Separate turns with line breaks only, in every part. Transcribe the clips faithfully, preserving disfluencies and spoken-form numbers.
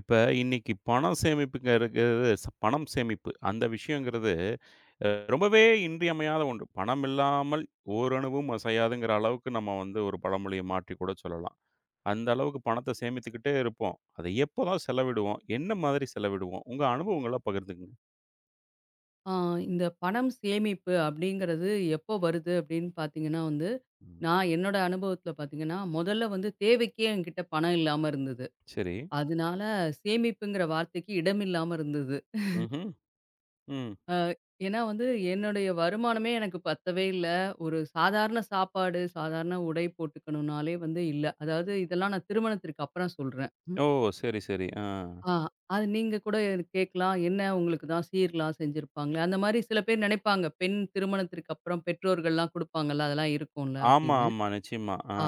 இப்ப இன்னைக்கு பணம் சேமிப்புங்கிறது ச பணம் சேமிப்பு அந்த விஷயங்கிறது அ ரொம்பவே இன்றியமையாத ஒன்று. பணம் இல்லாமல் ஓரணுவும் அசையாதுங்கிற அளவுக்கு நம்ம வந்து ஒரு பழமொழிய மாற்றி கூட சொல்லலாம். அந்த அளவுக்கு பணத்த சேமித்துக்கிட்டே இருப்போம். அதை எப்போதான் செலவிடுவோம்? என்ன மாதிரி செலவிடுவோம்? உங்க அனுபவங்கள பகிர்ந்துக்கங்க.
ஆ, இந்த பணம் சேமிப்பு அப்படிங்கிறது எப்போ வருது அப்படின்னு பார்த்தீங்கன்னா வந்து,
ம்.
நான் என்னோட அனுபவத்தில பார்த்தீங்கன்னா, முதல்ல வந்து தேவைக்கே என்கிட்ட பணம் இல்லாம இருந்தது.
சரி.
அதனால சேமிப்புங்கிற வார்த்தைக்கு இடம் இல்லாம இருந்தது.
ம்ஹ்ம். ம்.
ஏன்னா வந்து என்னுடைய வருமானமே எனக்கு பத்தவே இல்ல. ஒரு சாதாரண சாப்பாடு, சாதாரண உடை போட்டுக்கணும்னாலே வந்து இல்ல. அதாவது இதெல்லாம் நான் திருமணத்திற்கு அப்புறம் சொல்றேன்.
ஓ! சரி, சரி. ஆ.
ஆ. அது நீங்க கூட கேட்கலாம். என்ன உங்களுக்கு தான் சீர்லாம் செஞ்சிருப்பாங்களே! அந்த மாரி சில பேர் நினைப்பாங்க. பெண் திருமணத்திற்கு அப்புறம் பெற்றோர்கள்லாம் குடுப்பாங்கல்ல. அதெல்லாம் இருக்கும்ல
ஆமா,
அப்படின்னு.
ஆமா. நிச்சயமா. ஆ.
ஆ.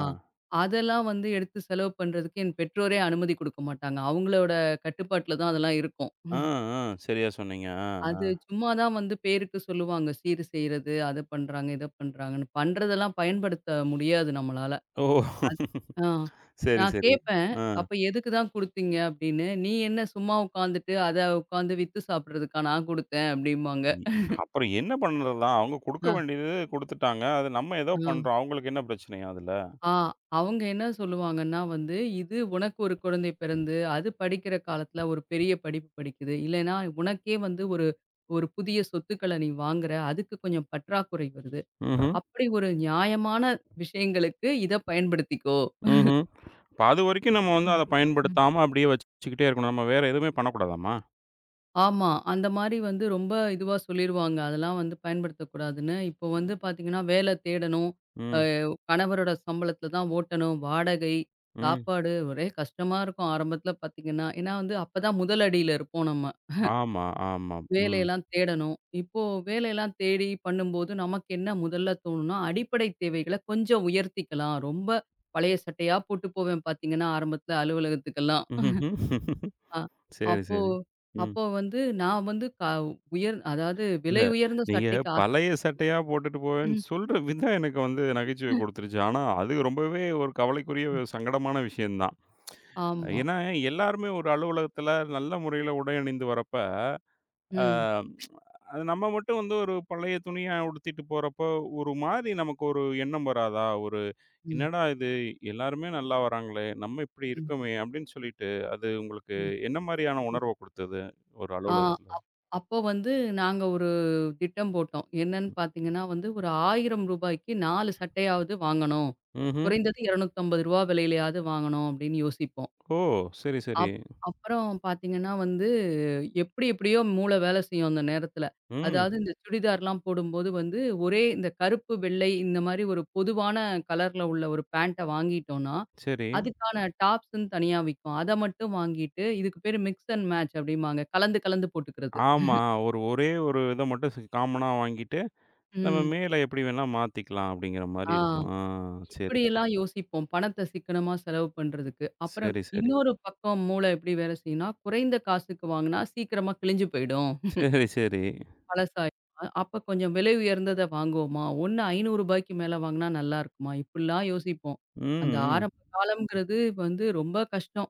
அதெல்லாம் வந்து எடுத்து செலவு பண்றதுக்கு என் பெற்றோரே அனுமதி குடுக்க மாட்டாங்க. அவங்களோட கட்டுப்பாட்டுல தான் அதெல்லாம் இருக்கும்.
ஆ, ஆ. சரியா சொன்னீங்க. ஆ, ஆ.
அது சும்மா தான் வந்து பேருக்கு சொல்லுவாங்க. சீர் செய்றது, அத பண்றாங்க, இத பண்றாங்கன்னு. பண்றதெல்லாம் பயன்படுத்த முடியாது நம்மளால.
ஓ!
அத் ஆ.
சரி,
நான்
சரி.
கேட்பேன்.
ஆ.
"அப்ப எதுக்கு தான் குடுத்தீங்க?" அப்படின்னு. "நீ என்ன சும்மா உட்காந்துட்டு, அத உட்காந்து வித்து சாப்பிடுறதுக்கா நான் குடுத்தேன்" அப்படிம்பாங்க.
ம். அப்புறம் என்ன பண்றது தான்? அவங்க குடுக்க
ஆ,
வேண்டியது குடுத்துட்டாங்க. அது நம்ம ஏதோ
ஆ,
பண்றோம். அவங்களுக்கு என்ன பிரச்சனையா அதுல?
ஆ. அவங்க என்ன சொல்லுவாங்கன்னா வந்து, "இது உனக்கு ஒரு குழந்தை பிறந்து, அது படிக்கிற காலத்துல ஒரு பெரிய படிப்பு படிக்குது. இல்லைன்னா உனக்கே வந்து ஒரு ஒரு புதிய சொத்துக்கள நீ வாங்குற. அதுக்கு கொஞ்சம் பற்றாக்குறை வருது.
ம்ஹ்ம்.
அப்படி ஒரு நியாயமான விஷயங்களுக்கு இத பயன்படுத்திக்கோ."
ம்ஹ்ம். அப்ப அதுவரைக்கும் நம்ம வந்து
ம்.
அத
ம்.
பயன்படுத்தாம அப்படியே வச்சுக்கிட்டே இருக்கணும். நம்ம வேற எதுவுமே பண்ணக்கூடாதாம்மா?
ஆமா. அந்த மாரி வந்து ரொம்ப இதுவா சொல்லிருவாங்க. அதெல்லாம் வந்து பயன்படுத்தக்கூடாதுன்னு. இப்போ வந்து பார்த்தீங்கன்னா, வேலை தேடணும். அ
ம்.
கணவரோட சம்பளத்தில தான் ஓட்டணும். வாடகை,
ம்.
சாப்பாடு ஒரே கஷ்டமா இருக்கும் ஆரம்பத்தில பார்த்தீங்கன்னா. ஏன்னா வந்து அப்பதான் முதல் அடியில இருப்போம் நம்ம.
ஆமா, ஆமா. ம்.
வேலையெல்லாம் தேடணும். இப்போ வேலையெல்லாம் தேடி பண்ணும்போது நமக்கு என்ன முதல்ல தோணும்னா, அடிப்படை தேவைகள கொஞ்சம் உயர்த்திக்கலாம். ரொம்ப பழைய சட்டையா போட்டு போவேன் பார்த்தீங்கன்னா, ஆரம்பத்தில அலுவலகத்துக்கெல்லாம்.
ம்ஹ்ஹ்ம்.
ஆ.
சரி,
அப்போ
சரி. ம்.
அப்போ வந்து நான் வந்து க உயர் அதாவது
இல்ல.
விலை உயர்ந்த
நீங்க
சட்டைக்கு ஆசை.
பழைய சட்டையா போட்டுட்டு போவேன்னு
ம்.
சொல்ற விதம் எனக்கு வந்து நகைச்சுவை குடுத்துருச்சு. ஆனா, அது ரொம்பவே ஒரு கவலைக்குரிய
ம்.
ஒரு சங்கடமான விஷயம் தான்.
ஆமா.
ஏன்னா, எல்லாருமே ஒரு அலுவலகத்துல நல்ல முறையில உடை அணிந்து வரப்ப,
ம்.
அ அது நம்ம மட்டும் வந்து ஒரு பழைய துணிய உடுத்திட்டு போறப்போ, ஒரு மாரி நமக்கு ஒரு எண்ணம் வராதா? ஒரு
ம்.
"என்னடா இது எல்லாருமே நல்லா வராங்களே! நம்ம இப்படி
ம்.
இருக்கோமே!" அப்படின்னு சொல்லிட்டு, அது உங்களுக்கு
ம்.
என்ன மாரியான உணர்வ குடுத்தது? ஒரு
ஆ
அலுவலகத்துல?
அப் அப்போ வந்து நாங்க ஒரு திட்டம் போட்டோம். என்னன்னு பார்த்தீங்கன்னா வந்து, ஒரு ரூ. 1000க்கு நாலு சட்டையாவது வாங்கணும்.
ம்ஹ்ம்.
குறைந்தது ரூபாய் இருநூற்று ஐம்பது விலையிலயாவது வாங்கணும் அப்படின்னு யோசிப்போம்.
ஓ! சரி, சரி.
அப் அப்புறம் பார்த்தீங்கன்னா வந்து, எப்படி எப்படியோ மூளை வேலை செய்யும் அந்த நேரத்தில.
ம்.
அதாவது இந்த சுடிதார்லாம் போடும்போது வந்து, ஒரே இந்த கருப்பு, வெள்ளை இந்த மாரி ஒரு பொதுவான கலர்ல உள்ள ஒரு பேண்ட்ட வாங்கிட்டோம்னா,
சரி.
அதுக்கான டாப்ஸ்ன்னு தனியா விக்கும். அத மட்டும் வாங்கிட்டு, இதுக்கு பேரு மிக்ஸ் அண்ட் மேட்ச் அப்படிம்பாங்க. கலந்து கலந்து போட்டுக்கிறது.
ஆமா. ஒரு ஒரே ஒரு இத மட்டும் ஸ் காமனா வாங்கிட்டு, நம்ம
ம்.
மேல எப்படி வேணா மாத்திக்கலாம் அப்படிங்கிற மாரி
ஆ
இருக்கும். ஆ சரி,
இப்படியெல்லாம் யோசிப்போம். பணத்த சிக்கனமா செலவு பண்றதுக்கு. அப்புறம்
சரி, சரி.
இன்னொரு பக்கம் மூளை எப்படி வேலை செய்யும்னா, குறைந்த காசுக்கு வாங்குனா சீக்கிரமா கிழிஞ்சு போயிடும்.
சரி, சரி.
பழசாயிரும். அ அப்ப கொஞ்சம் விலை உயர்ந்தத வாங்குவோமா? ஒண்ணு ரூ. 500க்கு மேல வாங்குனா நல்லா இருக்குமா? இப்படிலாம் யோசிப்போம். அந்த
ம், ம்,
ஆரம்ப காலம்ங்கிறது வந்து ரொம்ப கஷ்டம்.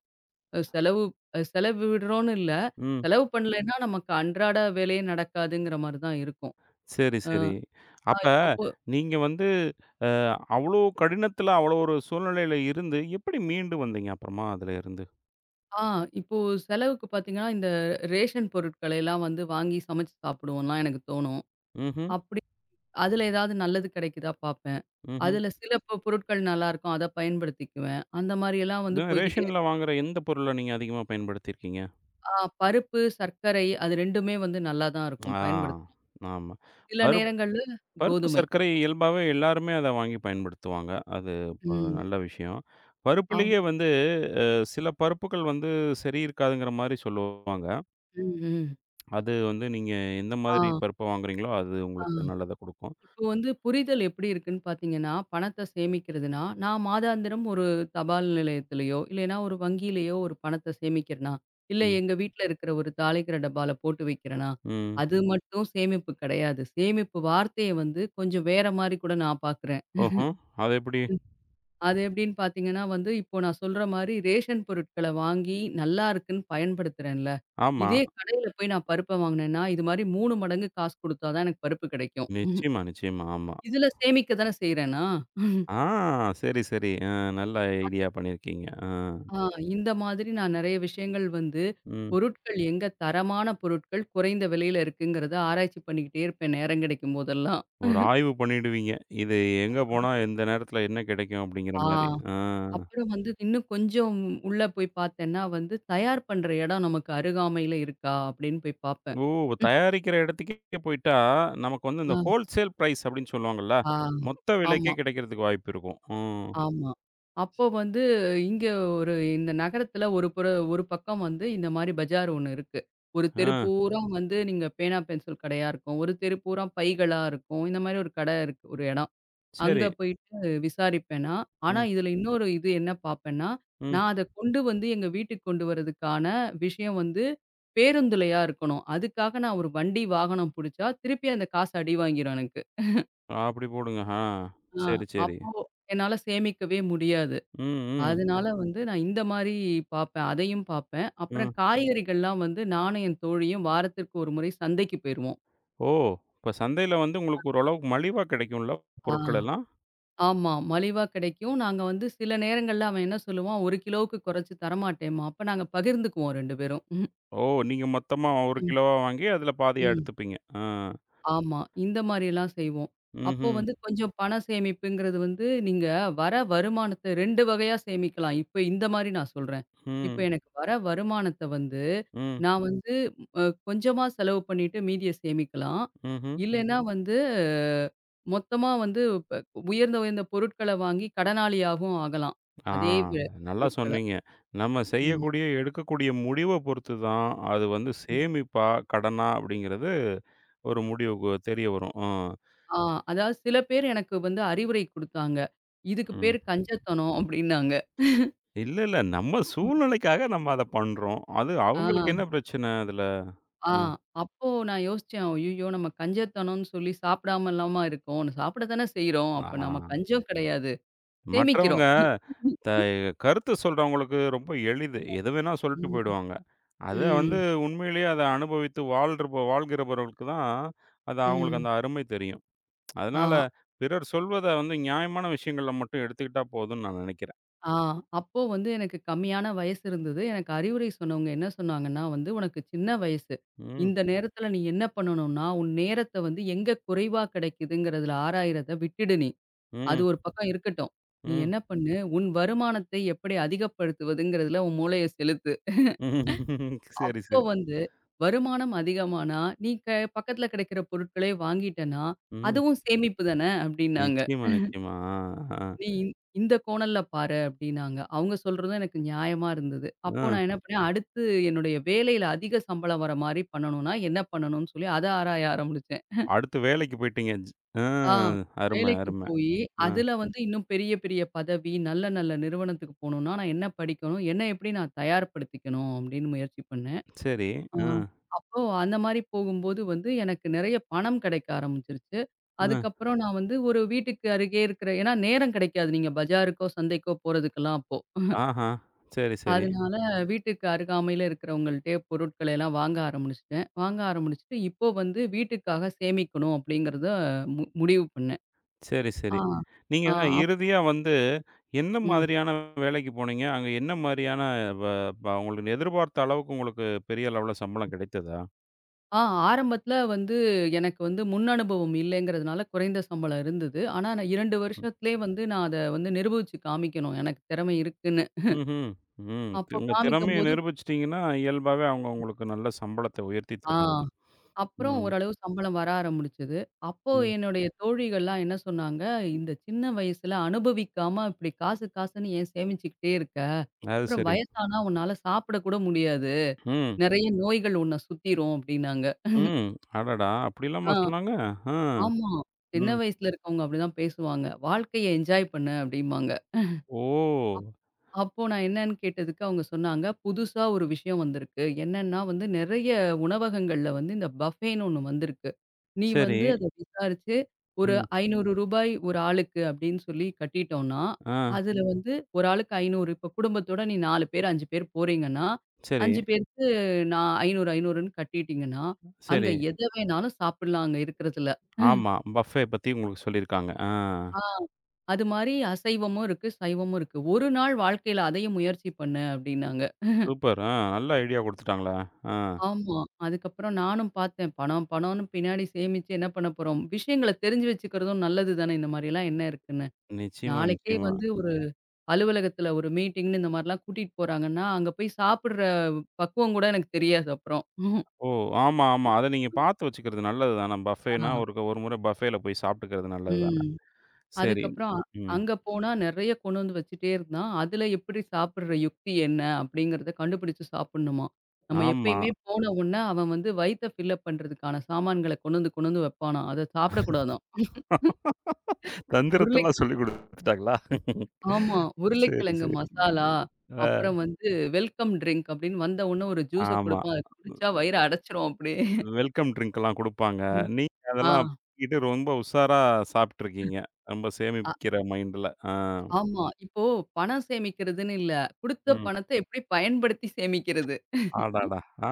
அ செலவு அ செலவு விடுறோம்னு இல்ல.
ம்.
செலவு பண்ணலைன்னா நமக்கு அன்றாட வேலையே நடக்காதுங்கிற மாரி தான் இருக்கும்.
சரி,
அ
சரி.
ஆ
அப்ப
இப்போ போ
நீங்க வந்து அ அவ்வளோ கடினத்தில, அவ்வளோ ஒரு சூழ்நிலையில இருந்து, எப்படி மீண்டு வந்தீங்க அப்புறமா அதுல இருந்து?
ஆ இப்போ செலவுக்கு பார்த்தீங்கன்னா, இந்த ரேஷன் பொருட்களை எல்லாம் வந்து வாங்கி சமைச்சு சாப்பிடுவோம்லாம் எனக்கு தோணும்.
ம்ஹ்ம்,
அப்படி அதுல ஏதாவது நல்லது கிடைக்குதா பார்ப்பேன்.
ம்ஹ்ம்.
அதுல சில பொ பொருட்கள் நல்லாருக்கும். அத பயன்படுத்திக்குவேன். அந்த மாரியெல்லாம் வந்து
அ
போய்க்கிட்டே.
ரேஷன்ல வாங்குற எந்த பொருள நீங்க அதிகமா பயன்படுத்தியிருக்கீங்க?
ஆ பருப்பு, சர்க்கரை அது ரெண்டுமே வந்து நல்லா தான்
ஆ,
இருக்கும், பயன்படுத்தலாம்.
ஆமா.
சில
பருப்
நேரங்கள்ல
பருப்பு
கோதுமை.
சர்க்கரை இயல்பாவே எல்லாருமே அத வாங்கி பயன்படுத்துவாங்க. அது இப்ப
ம்.
நல்ல விஷயம்.
அவ்
பருப்புலயே வந்து அ சில பருப்புகள் வந்து சரி இருக்காதுங்கிற மாரி சொல்லுவாங்க.
ம், ம்.
அது வந்து நீங்க எந்த மாதிரி
ஆ,
பருப்ப வாங்குறீங்களோ, அது
ஆ.
உங்களுக்கு நல்லத குடுக்கும்.
இப்போ வந்து புரிதல் எப்படி இருக்குன்னு பார்த்தீங்கன்னா, பணத்த சேமிக்கிறதுனா, நான் மாதாந்திரம் ஒரு தபால் நிலையத்திலயோ, இல்லைன்னா ஒரு வங்கியிலயோ ஒரு பணத்த சேமிக்கிறேனா, இல்ல
ம்.
எங்க வீட்ல இருக்கிற ஒரு தாளிக்கிற டப்பால போட்டு வைக்கிறேனா,
ம்.
அது மட்டும் சேமிப்பு கிடையாது. சேமிப்பு வார்த்தைய வந்து கொஞ்சம் வேற மாரி கூட நான் பார்க்குறேன்.
ஓஹோ! அது எப்படி?
அது எப்படின்னு பார்த்தீங்கன்னா வந்து, இப்போ நான் சொல்ற மாரி ரேஷன் பொருட்கள வாங்கி நல்லா இருக்குன்னு பயன்படுத்துறேன்ல.
ஆமா.
இதே கடையில போய் நான் பருப்ப வாங்குனேன்னா, இது மாரி மூணு மடங்கு காசு குடுத்தா தான் எனக்கு பருப்பு கிடைக்கும்.
நிச்சயமா, நிச்சயமா. ஆமா.
இதுல சேமிக்க தானே செய்றேனா?
ஆ சரி, சரி. அ நல்ல
அந்த
ஐடியா பண்ணியிருக்கீங்க. ஆ.
ஆ இந்த மாதிரி நான் நெறைய விஷயங்கள் வந்து
ம்.
பொருட்கள் எங்க தரமான பொருட்கள் குறைந்த விலையில இருக்குங்கிறத ஆராய்ச்சி பண்ணிக்கிட்டே இருப்பேன் நேரம் கிடைக்கும் போதெல்லாம்.
ஒரு ஆய்வு பண்ணிடுவீங்க. இது எங்க போனா எந்த நேரத்துல என்ன கிடைக்கும் அப்படிங்கிற
ஆ
மாரி. ஆ.
அப்புறம் வந்து இன்னும் கொஞ்சம் உள்ள போய் பார்த்தேன்னா வந்து, தயார் பண்ற இடம் நமக்கு அருகாமையில இருக்கா அப்படின்னு போய் பார்ப்பேன்.
ஓ! தயாரிக்கிற இடத்துக்கே போயிட்டா, நமக்கு வந்து இந்த
ஆ.
ஹோல்சேல் பிரைஸ் அப்படின்னு சொல்லுவாங்கல்ல.
ஆ.
மொத்த விலைக்கே
ஆமா,
கிடைக்கிறதுக்கு வாய்ப்பு இருக்கும். ம்.
ஆமா. அப்போ வந்து இங்க ஒரு இந்த நகரத்துல ஒரு புற ஒரு பக்கம் வந்து இந்த மாரி பஜார் ஒண்ணு இருக்கு. ஒரு தெரு
ஆ.
பூரா வந்து நீங்க பேனா, பென்சில் கடையா இருக்கும். ஒரு தெரு பூரா பைகளா இருக்கும். இந்த மாரி ஒரு கடை இருக்கு, ஒரு இடம். அங்க
சரி.
போயிட்டு விசாரிப்பேன் நான். ஆனா
ம்.
இதுல இன்னொரு இது என்ன பார்ப்பேன்னா,
ம்.
நான் அத கொண்டு வந்து எங்க வீட்டுக்கு கொண்டு வரதுக்கான விஷயம் வந்து பேருந்துலயா இருக்கணும். அதுக்காக நான் ஒரு வண்டி வாகனம் புடிச்சா, திருப்பி அந்த காசு அடி வாங்கிரும் எனக்கு.
அப்படி போடுங்க. ஆ.
ஆ
சரி, சரி.
அப்போ என்னால சேமிக்கவே முடியாது.
ம். ம்.
அதனால வந்து நான் இந்த மாரி பாப்பேன். அதையும் பாப்பேன். அப்புறம்
ம்.
காய்கறிகள்லாம் வந்து நானும் என் தோழியும் வாரத்திற்கு ஒரு முறை சந்தைக்கு போயிருவோம்.
ஓ! இப்ப சந்தையில வந்து உங்களுக்கு ஓரளவுக்கு மலிவா கிடைக்கும்ல
ஆ.
பொருட்கள் எல்லாம்?
ஆமா. மலிவா கிடைக்கும். நாங்க வந்து சில நேரங்கள்ல அவன் என்ன சொல்லுவான், ஒரு கிலோவுக்கு குறைச்சு தரமாட்டேன்ம்பான். அப்ப நாங்க பகிர்ந்துக்குவோம் ரெண்டு பேரும். ம்.
ஓ! நீங்க மொத்தமா ஒரு கிலோவா வாங்கி, அதில பாதியா
ம்.
எடுத்துப்பீங்க. ஆ.
ஆமா. இந்த மாரியெல்லாம் செய்வோம். அப்போ
ம்ஹ்ம்.
வந்து கொஞ்சம் பண சேமிப்புங்கிறது வந்து, நீங்க வர வருமானத்த ரெண்டு வகையா சேமிக்கலாம். இப்ப இந்த மாரி நான் சொல்றேன். இப்ப
ம்.
எனக்கு வர வருமானத்த வந்து,
ம்.
நான் வந்து அ கொஞ்சமா செலவு பண்ணிட்டு மீதிய சேமிக்கலாம்.
ம்ஹ்ம்.
இல்லைன்னா வந்து அஹ், மொத்தமா வந்து ப உயர்ந்த உயர்ந்த பொருட்கள வாங்கி கடனாளியாகவும் ஆகலாம்.
ஆ,
அதே வி
நல்லா
பொருட்கள.
சொன்னீங்க. நம்ம
ம்,
செய்யக்கூடிய, எடுக்கக்கூடிய முடிவ பொறுத்து தான், அது வந்து
ம்.
சேமிப்பா, கடனா அப்படிங்கிறது ஒரு முடிவுக்கு தெரிய வரும். ஆ.
ஆ அதாவது சில பேர் எனக்கு வந்து அறிவுரை குடுத்தாங்க. "இதுக்கு
ம்.
பேரு கஞ்சத்தனம்" அப்டின்னாங்க.
இல்ல, இல்ல. நம்ம சூழ்நிலைக்காக நம்ம அத பண்றோம். அது
ஆ.
அவங்களுக்கு என்ன பிரச்சன அதுல?
ஆ.
ம்.
அப்போ நான் யோசிச்சேன். "ஐய்யய்யோ! நம்ம கஞ்சத்தனம்னு சொல்லி சாப்பிடாமலாமா இருக்கோம். சாப்பிட தானே செய்றோம். அப்ப நம்ம
ஆ.
கஞ்சம் கிடையாது.
மற்றவங்க
சேமிக்கிறோம்."
த கருத்து சொல்றவங்களுக்கு ரொம்ப எளிது. எது வேணா சொல்லிட்டு
ம்.
போயிடுவாங்க. அத வந்து
ம்.
உண்மையிலேயே அத அனுபவித்து வாழ்றப வாழ்கிறவர்களுக்கு தான், அது அவங்களுக்கு
ம்.
அந்த அருமை தெரியும்.
ஆ.
அதனால, பிறர் சொல்வத வந்து நியாயமான விஷயங்கள்ல மட்டும் எடுத்துக்கிட்டா போதும்னு நான் நினைக்கிறேன்.
ஆ. அப்போ வந்து எனக்கு கம்மியான வயசு இருந்தது. எனக்கு அறிவுரை சொன்னவங்க என்ன சொன்னாங்கன்னா வந்து, "உனக்கு சின்ன வயசு.
ம்,
இந்த நேரத்தில நீ என்ன பண்ணணும்னா, உன் நேரத்த வந்து எங்க குறைவா கிடைக்குதுங்கிறதுல ஆராயிறத விட்டுடு நீ. அது
ம்,
ஒரு பக்கம் இருக்கட்டும். நீ
ம்.
என்ன பண்ணு, உன் வருமானத்தை எப்படி அதிகப்படுத்துவதுங்கிறதுல உன் மூளைய செலுத்து."
ம். சரி,
அப்போ
சரி.
வந்து வருமானம் அதிகமானா, "நீ க பக்கத்துல கிடைக்கிற பொருட்களே வாங்கிட்டன்னா,
ம்.
அதுவும் சேமிப்பு தான" அப்படின்னாங்க.
நிச்சயமா, நிச்சயமா. ஆ, ஆ,
"நீ இந்த இந்த கோணல்ல பாரு" அப்படின்னாங்க. அவங்க சொல்றதும் எனக்கு நியாயமா இருந்தது. அப்போ
ஆ.
நான் என்ன பண்ணேன், அடுத்து என்னுடைய வேலையில அதிக சம்பளம் வர மாரி பண்ணணும்னா, என்ன பண்ணணும்னு சொல்லி அத ஆராய ஆரம்பிச்சேன்.
அடுத்து வேலைக்கு போயிட்டீங்க. ஜ் ஆ
ஆ
அருமை,
வேலைக்கு
அருமை.
போயி,
ஆ.
அதுல வந்து இன்னும் பெரிய பெரிய பதவி, நல்ல நல்ல நிறுவனத்துக்கு போணும்னா, நான் என்ன படிக்கணும்? என்ன எப்படி நான் தயார்படுத்திக்கணும் அப்படின்னு முயற்சி பண்ணேன்.
சரி.
ஆ.
ஆ,
அப்போ அந்த மாரி போகும்போது வந்து எனக்கு நெறைய பணம் கிடைக்க ஆரம்பிச்சுருச்சு.
ஆ.
அதுக்கப்புறம் நான் வந்து ஒரு வீட்டுக்கு அருகே இருக்கிற, ஏன்னா நேரம் கிடைக்காது நீங்க பஜாருக்கோ, சந்தைக்கோ போறதுக்கெல்லாம் அப்போ.
ஆஹா! சரி, சரி.
அதனால வீட்டுக்கு அருகாமையில இருக்கிறவங்கள்ட்டயே பொருட்களை எல்லாம் வாங்க ஆரம்பிச்சுட்டேன். வாங்க ஆரம்பிச்சுட்டு இப்போ வந்து வீட்டுக்காக சேமிக்கணும் அப்படிங்கிறத மு முடிவு பண்ணேன்.
சரி,
ஆ,
சரி. நீங்க
ஆ, அப்
இறுதியா வந்து என்ன
ம்.
மாதிரியான வேலைக்கு போனீங்க? அங்க என்ன மாரியான வ ப உங்களுக்கு எதிர்பார்த்த அளவுக்கு உங்களுக்கு பெரிய அளவுல சம்பளம் கிடைத்ததா?
ஆ ஆரம்பத்தில வந்து எனக்கு வந்து முன் அனுபவம் இல்லைங்கிறதுனால குறைந்த சம்பளம் இருந்தது. ஆனா, நான் இரண்டு வருஷத்திலே வந்து நான் அத வந்து நிரூபிச்சு காமிக்கணும். எனக்கு திறமை இருக்குன்னு.
ம்ஹ்ம். ம்.
அப்போ
உங்க திறமைய
காமிக்கும்போது
நிரூபிச்சுட்டீங்கன்னா, இயல்பாவே அவங்க உங்களுக்கு நல்ல சம்பளத்த உயர்த்தி
ஆ
தருவாங்க.
அப்புறம்
ம்,
ஓரளவு சம்பளம் வர ஆரம்பிச்சது. அப்போ
ம்.
என்னுடைய தோழிகள்லாம் என்ன சொன்னாங்க, "இந்த சின்ன வயசுல அனுபவிக்காம இப்படி காசு காசுன்னு ஏன் சேமிச்சுக்கிட்டே இருக்க?
அது
அப்புறம்
சரி.
வயசானா உன்னால சாப்பிட கூட முடியாது.
ம்,
நெறைய நோய்கள் உன்ன சுத்திரும்" அப்படின்னாங்க.
ம். அடடா! அப்படிலாமா
ஆ.
சொன்னாங்க? ஆ,
ஆமா. சின்ன
ம்.
வயசுல இருக்கவங்க அப்படிதான் பேசுவாங்க. "வாழ்க்கைய என்ஜாய் பண்ணு" அப்படிம்பாங்க.
ஓ!
அப்போ நான் என்னன்னு கேட்டதுக்கு அவங்க சொன்னாங்க, புதுசா ஒரு விஷயம் வந்திருக்கு. என்னன்னா வந்து நெறைய உணவகங்கள்ல வந்து இந்த பஃபேன்னு ஒண்ணு வந்திருக்கு. நீ
சரி.
வந்து அத விசாரிச்சு ஒரு
ம்.
ரூபாய் ஐநூறு ஒரு ஆளுக்கு அப்படின்னு சொல்லி கட்டிட்டோம்னா,
ஆ.
அதுல வந்து ஒரு ஆளுக்கு ஐநூறு, இப்ப குடும்பத்தோட நீ நாலு பேர், அஞ்சு பேர் போறீங்கன்னா,
சரி,
அஞ்சு பேருக்கு நான் ஐநூறு, 500ன்னு கட்டிட்டீங்கன்னா, அங்க
சரி.
எத வேணாலும் சாப்பிடலாம் அங்க இருக்கிறதுல.
ஆமா. பஃபே பத்தி உங்களுக்கு சொல்லியிருக்காங்க. ஆ.
ஆ. அது மாரி அசைவமும் இருக்கு, சைவமும் இருக்கு. "ஒரு நாள் வாழ்க்கையில அதையும் முயற்சி பண்ணு" அப்டின்னாங்க.
சூப்பர். ஆ நல்ல ஐடியா குடுத்துட்டாங்களே. ஆ.
ஆமா. அதுக்கப்புறம் நானும் பார்த்தேன். பணம் பணம்னு பின்னாடி சேமிச்சு என்ன பண்ண போறோம்? விஷயங்கள தெரிஞ்சு வச்சுக்கிறதும் நல்லது தானே, இந்த மாரிலாம் என்ன இருக்குன்னு.
நிச்சயமா,
நாளைக்கே
நிச்சயமா.
வந்து ஒரு அலுவலகத்துல ஒரு மீட்டிங்ன்னு இந்த மாரிலாம் கூட்டிட்டு போறாங்கன்னா, அங்க போய் சாப்பிடுற பக்குவம் கூட எனக்கு தெரியாது அப்புறம்.
ஓ! ஆமா, ஆமா. அத நீங்க பார்த்து வச்சுக்கிறது நல்லது தான. பஃபேன்னா ஒரு
ஆ.
ஒரு முறை பஃபேல போய் சாப்பிட்டுக்கிறது நல்லது தான.
ம்.
சரி.
அதுக்கப்புறம் அ
ம்.
அங்க போனா நெறைய கொண்டு வந்து வச்சுட்டே இருந்தான். அதுல எப்படி சாப்பிடுற யுக்தி என்ன அப்படிங்கிறத கண்டுபிடிச்சு சாப்பிடணுமா? நம்ம
ஆமா.
எப்பயுமே போன உடனே அவன் வந்து வயித்த ஃபில்லப் பண்றதுக்கான சாமான்கள கொண்டு வந்து கொண்டு வந்து வைப்பானாம். அத சாப்பிடக்கூடாதாம். உருளை
தந்திரத்தெல்லாம் சொல்லிக் குடுத்துட்டாங்களா?
ஆமா.
சரி,
உருளைக்கிழங்கு
சரி.
மசாலா,
அ
அப்புறம் வந்து வெல்கம் ட்ரிங்க் அப்படின்னு வந்த உடனே ஒரு ஜூஸ
ஆமா.
குடுப்பான். அத குடிச்சா வயிற அடைச்சிரும் அப்படியே.
வெல்கம் ட்ரிங்க்லாம் குடுப்பாங்க.
ம்.
நீங்க
ஆ.
அதெல்லாம் இது ரொம்ப உஷாரா சாப்ட்டுருக்கீங்க. ரொம்ப
அ
சேமிக்கிற மைண்ட்ல. ஆ.
ஆமா. இப்போ பணம் சேமிக்கிறதுன்னு இல்ல. குடுத்த
ம்.
பணத்த எப்படி பயன்படுத்தி சேமிக்கிறது?
அடடா! ஆ.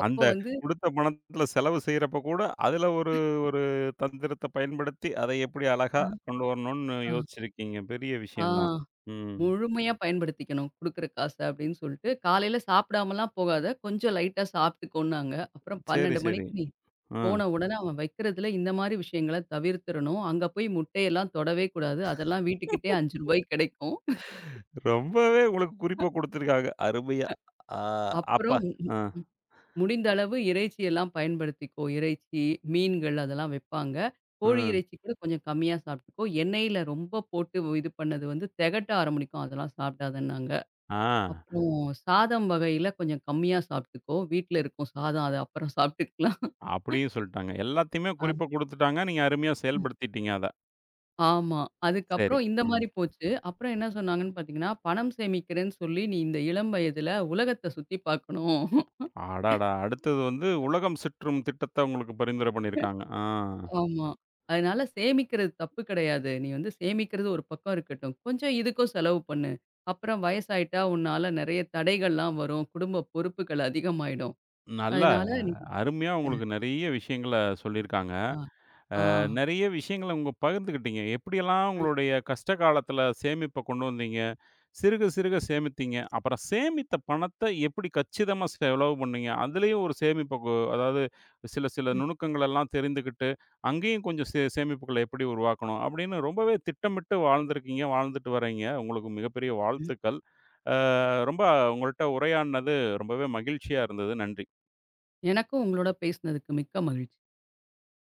அப்போ
அந்த
வந்து
குடுத்த பணத்துல செலவு செய்றப்ப கூட, அதுல ஒரு ஒரு தந்திரத்த பயன்படுத்தி, அதை எப்படி
ஆ.
அழகா கொண்டு வரணும்னு
ஆ.
யோசிச்சிருக்கீங்க. பெரிய
ஆ.
விஷயம் தான். ம்.
முழுமையா பயன்படுத்திக்கணும் குடுக்குற காச அப்படின்னு சொல்லிட்டு, காலையில சாப்பிடாமலாம் போகாத, கொஞ்சம் லைட்டா சாப்பிட்டுக்கோன்னாங்க. அப்புறம்
சரி,
பன்னிரண்டு
சரி.
மணிக்கு நீ
ஆ.
போன உடனே அவன் வைக்கிறதுல இந்த மாரி விஷயங்கள தவிர்த்திறணும். அங்க போய் முட்டையெல்லாம் தொடவே கூடாது. அதெல்லாம் வீட்டுக்கிட்டயே ரூபாய் அஞ்சு கிடைக்கும்.
ரொம்பவே உங்களுக்கு குறிப்பா குடுத்துருக்காங்க. அருமையா. ஆ அப்ப
அப்புறம்
ஆ,
ம் முடிந்த அளவு இறைச்சியெல்லாம் பயன்படுத்திக்கோ. இறைச்சி, மீன்கள் அதெல்லாம் வைப்பாங்க. கோழி
ம்.
இறைச்சி கூட கொஞ்சம் கம்மியா சாப்பிட்டுக்கோ. எண்ணெயில ரொம்ப போட்டு இது பண்ணது வந்து தெகட்ட ஆரம்பிக்கும். அதெல்லாம் சாப்பிடாதன்னாங்க.
ஆ
அப்புறம் சாதம் வகையில கொஞ்சம் கம்மியா சாப்பிட்டுக்கோ. வீட்ல இருக்கும் சாதம் அது அப்புறம் சாப்பிட்டுக்கலாம்.
அப்டியும் சொல்ட்டாங்க. எல்லாத்தையுமே
ஆ.
குறிப்பா குடுத்துட்டாங்க. நீங்க அருமையா செயல்படுத்திட்டீங்க அத.
ஆமா.
சரி.
அதுக்கப்புறம் இந்த
ம்.
மாரி போச்சு. அப்புறம் என்ன சொன்னாங்கன்னு பார்த்தீங்கன்னா, பணம் சேமிக்கிறேன்னு சொல்லி நீ இந்த இளம் வயதுல உலகத்த சுத்தி பார்க்கணும்.
அடடா! அடுத்தது வந்து உலகம் சுற்றும் திட்டத்த உங்களுக்கு பரிந்துரை பண்ணியிருக்காங்க. ஆ.
ஆமா. அதனால சேமிக்கிறது தப்பு கிடையாது. நீ வந்து சேமிக்கிறது ஒரு பக்கம் இருக்கட்டும். கொஞ்சம் இதுக்கும் செலவு பண்ணு. அப்புறம் வயசாயிட்டா உன்னால நெறைய தடைகள்லாம் வரும். குடும்ப பொறுப்புகள் அதிகமாயிடும்.
நல்லா
அதனால நீ.
அருமையா உங்களுக்கு நெறைய விஷயங்கள சொல்லியிருக்காங்க.
ஆ. ஆ.
நெறைய விஷயங்கள உங்க பகிர்ந்துக்கிட்டீங்க. எப்படியெல்லாம்
அ.
உங்களுடைய கஷ்ட காலத்தில சேமிப்ப கொண்டு வந்தீங்க? சிறுக சிறுக சேமித்தீங்க. அப்புறம் சேமித்த பணத்த எப்படி கச்சிதமா செலவு பண்ணீங்க? அதுலயும் ஒரு சேமிப்ப கு அதாவது சில சில நுணுக்கங்களெல்லாம் தெரிந்துக்கிட்டு, அங்கேயும் கொஞ்சம் சே சேமிப்புகள எப்படி உருவாக்கணும்? அப்படின்னு ரொம்பவே திட்டமிட்டு வாழ்ந்திருக்கீங்க, வாழ்ந்துட்டு வர்றீங்க. உங்களுக்கு மிகப்பெரிய
ம்.
வாழ்த்துக்கள். அ ரொம்ப உங்கள்ட்ட உரையாடினது ரொம்பவே மகிழ்ச்சியா இருந்தது. நன்றி.
எனக்கும் உங்களோட பேசினதுக்கு மிக்க மகிழ்ச்சி.